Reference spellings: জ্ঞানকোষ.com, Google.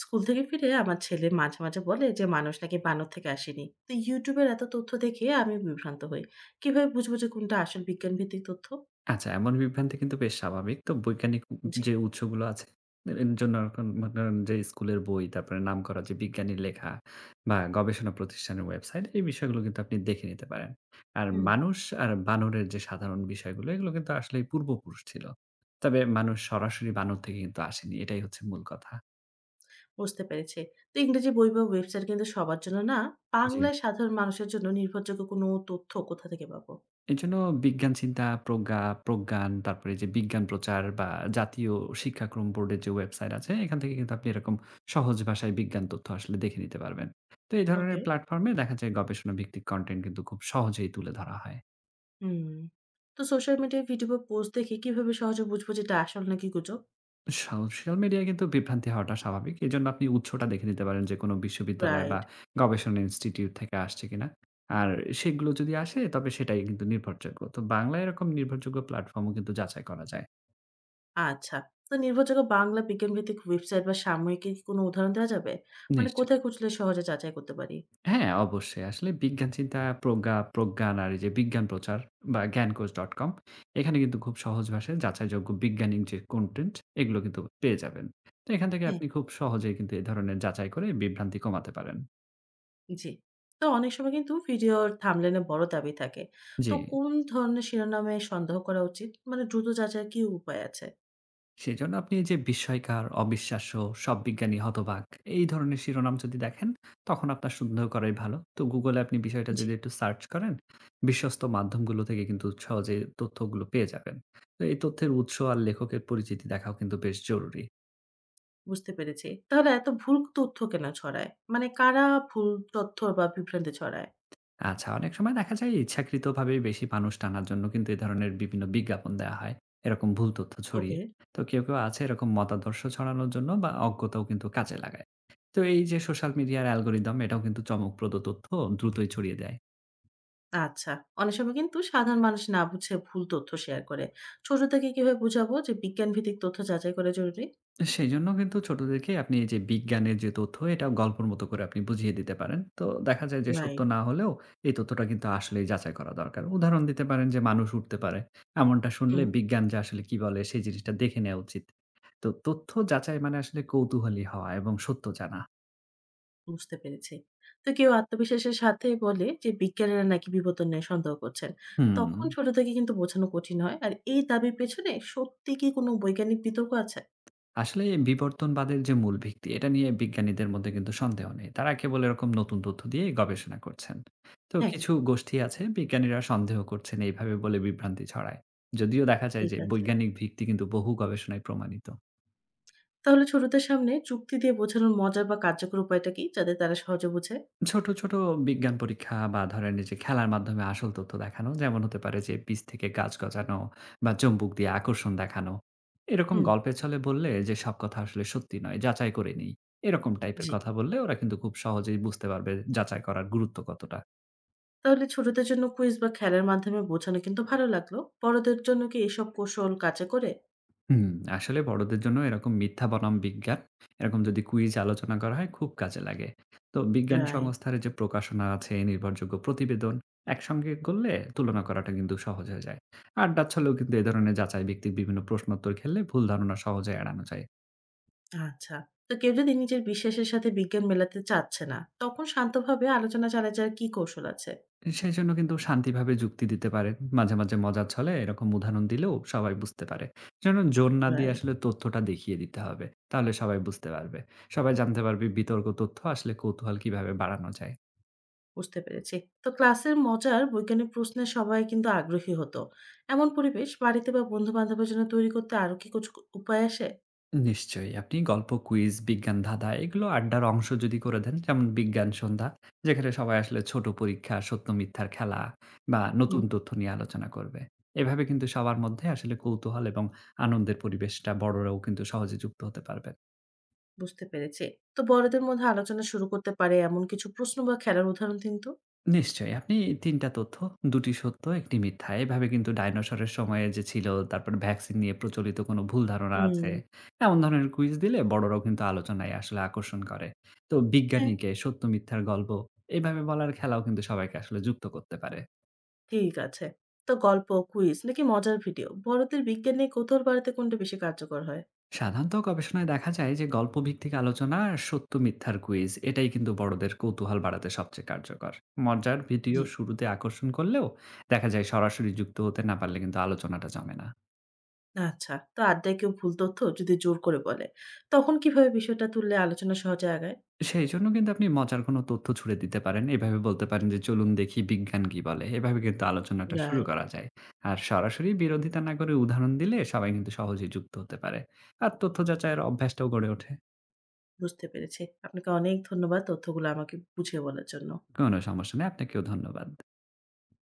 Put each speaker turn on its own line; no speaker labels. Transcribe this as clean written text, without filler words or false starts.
School থেকে ফিরে আমার ছেলে মাঝে মাঝে বলে যে মানুষ নাকি বানর থেকে আসেনি। তো ইউটিউবের এত তথ্য দেখে আমি বিভ্রান্ত হই, কিভাবে বুঝবো যে কোনটা আসল বিজ্ঞান ভিত্তিক তথ্য?
আচ্ছা, এমন বিভ্রান্তি কিন্তু বেশ স্বাভাবিক। তো বৈজ্ঞানিক
জি।
যে উৎসগুলো আছে, এর জন্য এখন মনে করেন যে স্কুলের বই, তারপরে নামকরা যে বিজ্ঞানীর লেখা বা গবেষণা প্রতিষ্ঠানের ওয়েবসাইট, এই বিষয়গুলো কিন্তু আপনি দেখে নিতে পারেন। আর
হুম।
মানুষ আর বানরের যে সাধারণ বিষয়গুলো, এগুলো কিন্তু আসলেই পূর্বপুরুষ ছিল। তবে মানুষ সরাসরি বানর থেকে কিন্তু আসেনি। এটাই হচ্ছে মূল কথা।
বুঝতে পেরেছি। তো ইংরেজি বই বা ওয়েবসাইট কিন্তু সবার জন্য না,
জি।
বাংলায় সাধারণ মানুষের জন্য নির্ভরযোগ্য কোনো তথ্য কোথা থেকে পাবো?
এজন্য বিজ্ঞান চিন্তা, প্রজ্ঞা, প্রজ্ঞান, তারপরে যে বিজ্ঞান প্রচার বা জাতীয় শিক্ষাক্রম বোর্ডের যে ওয়েবসাইট আছে, এখান থেকে কিন্তু আপনি এরকম সহজ ভাষায় বিজ্ঞান তথ্য আসলে দেখে নিতে পারবেন। তো এই ধরনের
ওকে।
প্ল্যাটফর্মে দেখা যায় গবেষণা ভিত্তিক কনটেন্ট কিন্তু খুব সহজেই তুলে ধরা হয়।
হুম। তো সোশ্যাল মিডিয়ায় ভিডিও বা পোস্ট দেখে কিভাবে সহজে বুঝবো যেটা আসল নাকি গুজব?
সোশ্যাল মিডিয়ায় কিন্তু বিভ্রান্তি হওয়াটা স্বাভাবিক। এজন্য আপনি উৎসটা দেখে নিতে পারেন যে কোনো বিশ্ববিদ্যালয় বা
রাইট।
গবেষণা ইনস্টিটিউট থেকে আসছে কিনা। আর সেগুলো যদি আসে তবে সেটাই কিন্তু নির্ভরযোগ্য। তো বাংলায় এরকম নির্ভরযোগ্য প্ল্যাটফর্মও কিন্তু যাচাই করা যায়।
আচ্ছা। তো নির্ভরযোগ্য বাংলা বিজ্ঞানভিত্তিক ওয়েবসাইট বা সাময়িকীর কি কোনো উদাহরণ দেওয়া যাবে? মানে
নিশ্চয়ই।
কোথায় খুঁজলে সহজে যাচাই করতে পারি?
হ্যাঁ, অবশ্যই। আসলে বিজ্ঞান চিন্তা প্রজ্ঞা, প্রজ্ঞান আর এই যে বিজ্ঞান প্রচার বা জ্ঞানকোষ.com এখানে কিন্তু খুব সহজ ভাষায় যাচাইযোগ্য বৈজ্ঞানিক যে কনটেন্ট এগুলো কিন্তু পেয়ে যাবেন। তো এখান থেকে
হ্যাঁ।
আপনি খুব সহজেই কিন্তু এ ধরনের যাচাই করে বিভ্রান্তি কমাতে পারেন।
জি। তো অনেক সময় কিন্তু ভিডিওর thumbnail এ বড় দাবি থাকে।
জি।
তো কোন ধরনের শিরোনামে সন্দেহ করা উচিত? মানে দ্রুত যাচাইয়ের কি উপায় আছে?
সেজন্য আপনি এই যে বিস্ময়কর, অবিশ্বাস্য, সব বিজ্ঞানী হতবাক এই ধরনের শিরোনাম যদি দেখেন, তখন আপনার সন্দেহ করাই ভালো। তো Google এ আপনি বিষয়টা
জি।
যদি একটু সার্চ করেন, বিশ্বস্ত মাধ্যমগুলো থেকে কিন্তু সহজে তথ্যগুলো পেয়ে যাবেন। তো এই তথ্যের উৎস আর লেখকের পরিচিতি দেখাও কিন্তু বেশ জরুরি।
বুঝতে পেরেছি। তাহলে এত ভুল তথ্য কেন ছড়ায়? মানে কারা ভুল তথ্য বা বিভ্রান্তি ছড়ায়?
আচ্ছা, অনেক সময় দেখা যায় ইচ্ছাকৃতভাবেই বেশি মানুষ টানার জন্য কিন্তু এ ধরনের বিভিন্ন বিজ্ঞাপন দেয়া হয়। এরকম ভুল তথ্য
ওকে।
ছড়িয়ে। তো কেউ আছে এরকম মতাদর্শ ছড়ানোর জন্য বা অজ্ঞতাও কিন্তু কাজে লাগায়। তো এই যে সোশ্যাল মিডিয়ার অ্যালগরিদম এটাও কিন্তু চমকপ্রদ তথ্য দ্রুতই ছড়িয়ে দেয়।
আচ্ছা। অনেক সময় কিন্তু সাধারণ মানুষ না বুঝে ভুল তথ্য শেয়ার করে। ছোটদেরকে কিভাবে বুঝাবো যে বিজ্ঞানভিত্তিক তথ্য যাচাই করা জরুরি?
সেইজন্য কিন্তু ছোটদেরকে আপনি এই যে বিজ্ঞানের যে তথ্য, এটা গল্পর মতো করে আপনি বুঝিয়ে দিতে পারেন। তো দেখা যায় যে সত্য
রাইট।
না হলেও এই তথ্যটা কিন্তু আসলেই যাচাই করা দরকার। উদাহরণ দিতে পারেন যে মানুষ উড়তে পারে। এমনটা শুনলে
হুম।
বিজ্ঞান যে আসলে কি বলে সেই জিনিসটা দেখে নেওয়া উচিত। তো তথ্য যাচাই মানে আসলে কৌতূহলী হওয়া এবং সত্য জানা।
বুঝতে পেরেছি। তো কেউ আত্মবিশ্বাসের সাথে বলে যে বিজ্ঞানীরা নাকি বিবর্তন নিয়ে সন্দেহ করছেন।
হুম।
তখন ছোট থেকে কিন্তু বোঝানো কঠিন হয়। আর এই দাবির পেছনে সত্যি কি কোনো বৈজ্ঞানিক বিতর্ক আছে?
আসলে বিবর্তনবাদের যে মূল ভিত্তি এটা নিয়ে বিজ্ঞানীদের মধ্যে কিন্তু সন্দেহ নেই তারা কেবল এরকম নতুন তথ্য দিয়ে গবেষণা করছেন তো
হ্যাঁ,
কিছু গোষ্ঠী আছে বিজ্ঞানীরা সন্দেহ করছেন এইভাবে বলে বিভ্রান্তি ছড়ায় যদিও দেখা যায়
ঠিক
যে
আছে।
বৈজ্ঞানিক ভিত্তি কিন্তু বহু গবেষণায় প্রমাণিত
তাহলে ছোটদের সামনে যুক্তি দিয়ে বোঝানোর মজার বা কার্যকর উপায়টা কি? যাতে তারা সহজে বোঝে?
ছোট, ছোট বিজ্ঞান পরীক্ষা বা ধরেন এই যে খেলার মাধ্যমে আসল তথ্য দেখানো। যেমন হতে পারে যে বীজ থেকে গাছ গজানো বা চুম্বক দিয়ে আকর্ষণ দেখানো। এরকম
হুম।
গল্পের ছলে বললে যে সব কথা আসলে সত্যি নয়, যাচাই করে নিই। এরকম টাইপের
জি।
কথা বললে ওরা কিন্তু খুব সহজেই বুঝতে পারবে যাচাই করার গুরুত্ব কতটা।
তাহলে ছোটদের জন্য কুইজ বা খেলার মাধ্যমে বোঝানো কিন্তু ভালো লাগলো। বড়দের জন্য কি এসব কৌশল কাজে করে?
হুম, আসলে বড়দের জন্য এরকম মিথ্যা বনাম বিজ্ঞান, এরকম যদি কুইজ আলোচনা করা হয় খুব কাজে লাগে। তো বিজ্ঞান
রাইট।
সংস্থার যে প্রকাশনা আছে, নির্ভরযোগ্য প্রতিবেদন একসঙ্গে করলে তুলনা করাটা কিন্তু সহজ হয়ে যায়। আড্ডা ছলেও কিন্তু এ ধরনের যাচাই ভিত্তিক বিভিন্ন প্রশ্নোত্তর খেললে ভুল ধারণা সহজে এড়ানো যায়।
আচ্ছা। তো কেউ যদি নিজের বিশ্বাসের সাথে বিজ্ঞান মেলাতে চাচ্ছে না, তখন শান্তভাবে আলোচনা চালিয়ে যাওয়ার কি কৌশল আছে?
সেজন্য কিন্তু শান্তিভাবে যুক্তি দিতে পারেন। মাঝে, মাঝে মজার ছলে এরকম উদাহরণ দিলেও সবাই বুঝতে পারে। যেন জোর না দিয়ে
রাইট,
আসলে তথ্যটা দেখিয়ে দিতে হবে। তাহলে সবাই বুঝতে পারবে। সবাই জানতে পারবে বিতর্ক তথ্য আসলে কৌতূহল কিভাবে বাড়ানো যায়।
বুঝতে পেরেছি। তো ক্লাসের মজার বৈজ্ঞানিক প্রশ্নে সবাই কিন্তু আগ্রহী হতো। এমন পরিবেশ বাড়িতে বা বন্ধু-বান্ধবের জন্য তৈরি করতে আরো কি কিছু উপায় আসে?
নিশ্চয়ই। আপনি গল্প, কুইজ, বিজ্ঞান ধাঁধা এগুলো আড্ডার অংশ যদি করে দেন, যেমন বিজ্ঞান সন্ধ্যা, যেখানে সবাই আসলে ছোট পরীক্ষা, সত্য মিথ্যার খেলা বা
হুম,
নতুন তথ্য নিয়ে আলোচনা করবে। এভাবে কিন্তু সবার মধ্যে আসলে কৌতূহল এবং আনন্দের পরিবেশটা বড়রাও কিন্তু সহজে যুক্ত হতে পারবে।
বুঝতে পেরেছি। তো বড়দের মধ্যে আলোচনা শুরু করতে পারে এমন কিছু প্রশ্ন বা খেলার উদাহরণ দিন তো?
নিশ্চয়ই। আপনি ৩ টা তথ্য, ২ টি সত্য, ১ টি মিথ্যা। এভাবে কিন্তু ডাইনোসরের সময়ে যে ছিল, তারপরে ভ্যাকসিন নিয়ে প্রচলিত কোনো ভুল ধারণা
হুম,
আছে। এমন ধরনের কুইজ দিলে বড়রাও কিন্তু আলোচনায় আসলে আকর্ষণ করে। তো
হ্যাঁ,
বিজ্ঞানীকে সত্য মিথ্যার গল্প এভাবে বলার খেলাও কিন্তু সবাইকে আসলে যুক্ত করতে পারে।
ঠিক আছে। তো গল্প, কুইজ নাকি মজার ভিডিও বড়দের বিজ্ঞান নিয়ে কৌতূহল বাড়াতে কোনটা বেশি কার্যকর হয়?
সাধারণত গবেষণায় দেখা যায় যে গল্প ভিত্তিক আলোচনা আর সত্য মিথ্যার কুইজ এটাই কিন্তু বড়দের কৌতূহল বাড়াতে সবচেয়ে কার্যকর। মজার ভিডিও
জি।
শুরুতে আকর্ষণ করলেও দেখা যায় সরাসরি যুক্ত হতে না পারলে কিন্তু আলোচনাটা জমে না।
আচ্ছা। তো আড্ডায় কেউ ভুল তথ্য যদি জোর করে বলে, তখন কিভাবে বিষয়টা তুললে আলোচনা সহজে আগায়?
সেইজন্য কিন্তু আপনি মজার কোনো তথ্য ছুড়ে দিতে পারেন। এভাবে বলতে পারেন যে, "চলুন দেখি বিজ্ঞান কি বলে?" এভাবে কিন্তু আলোচনাটা শুরু
রাইট,
করা যায়। আর সরাসরি বিরোধিতা না করে উদাহরণ দিলে সবাই কিন্তু সহজেই যুক্ত হতে পারে। আর তথ্য যাচাইয়ের অভ্যাসটাও গড়ে ওঠে।
বুঝতে পেরেছি। আপনাকে অনেক ধন্যবাদ তথ্যগুলো আমাকে বুঝিয়ে বলার জন্য।
কোনো সমস্যা নেই। আপনাকেও ধন্যবাদ।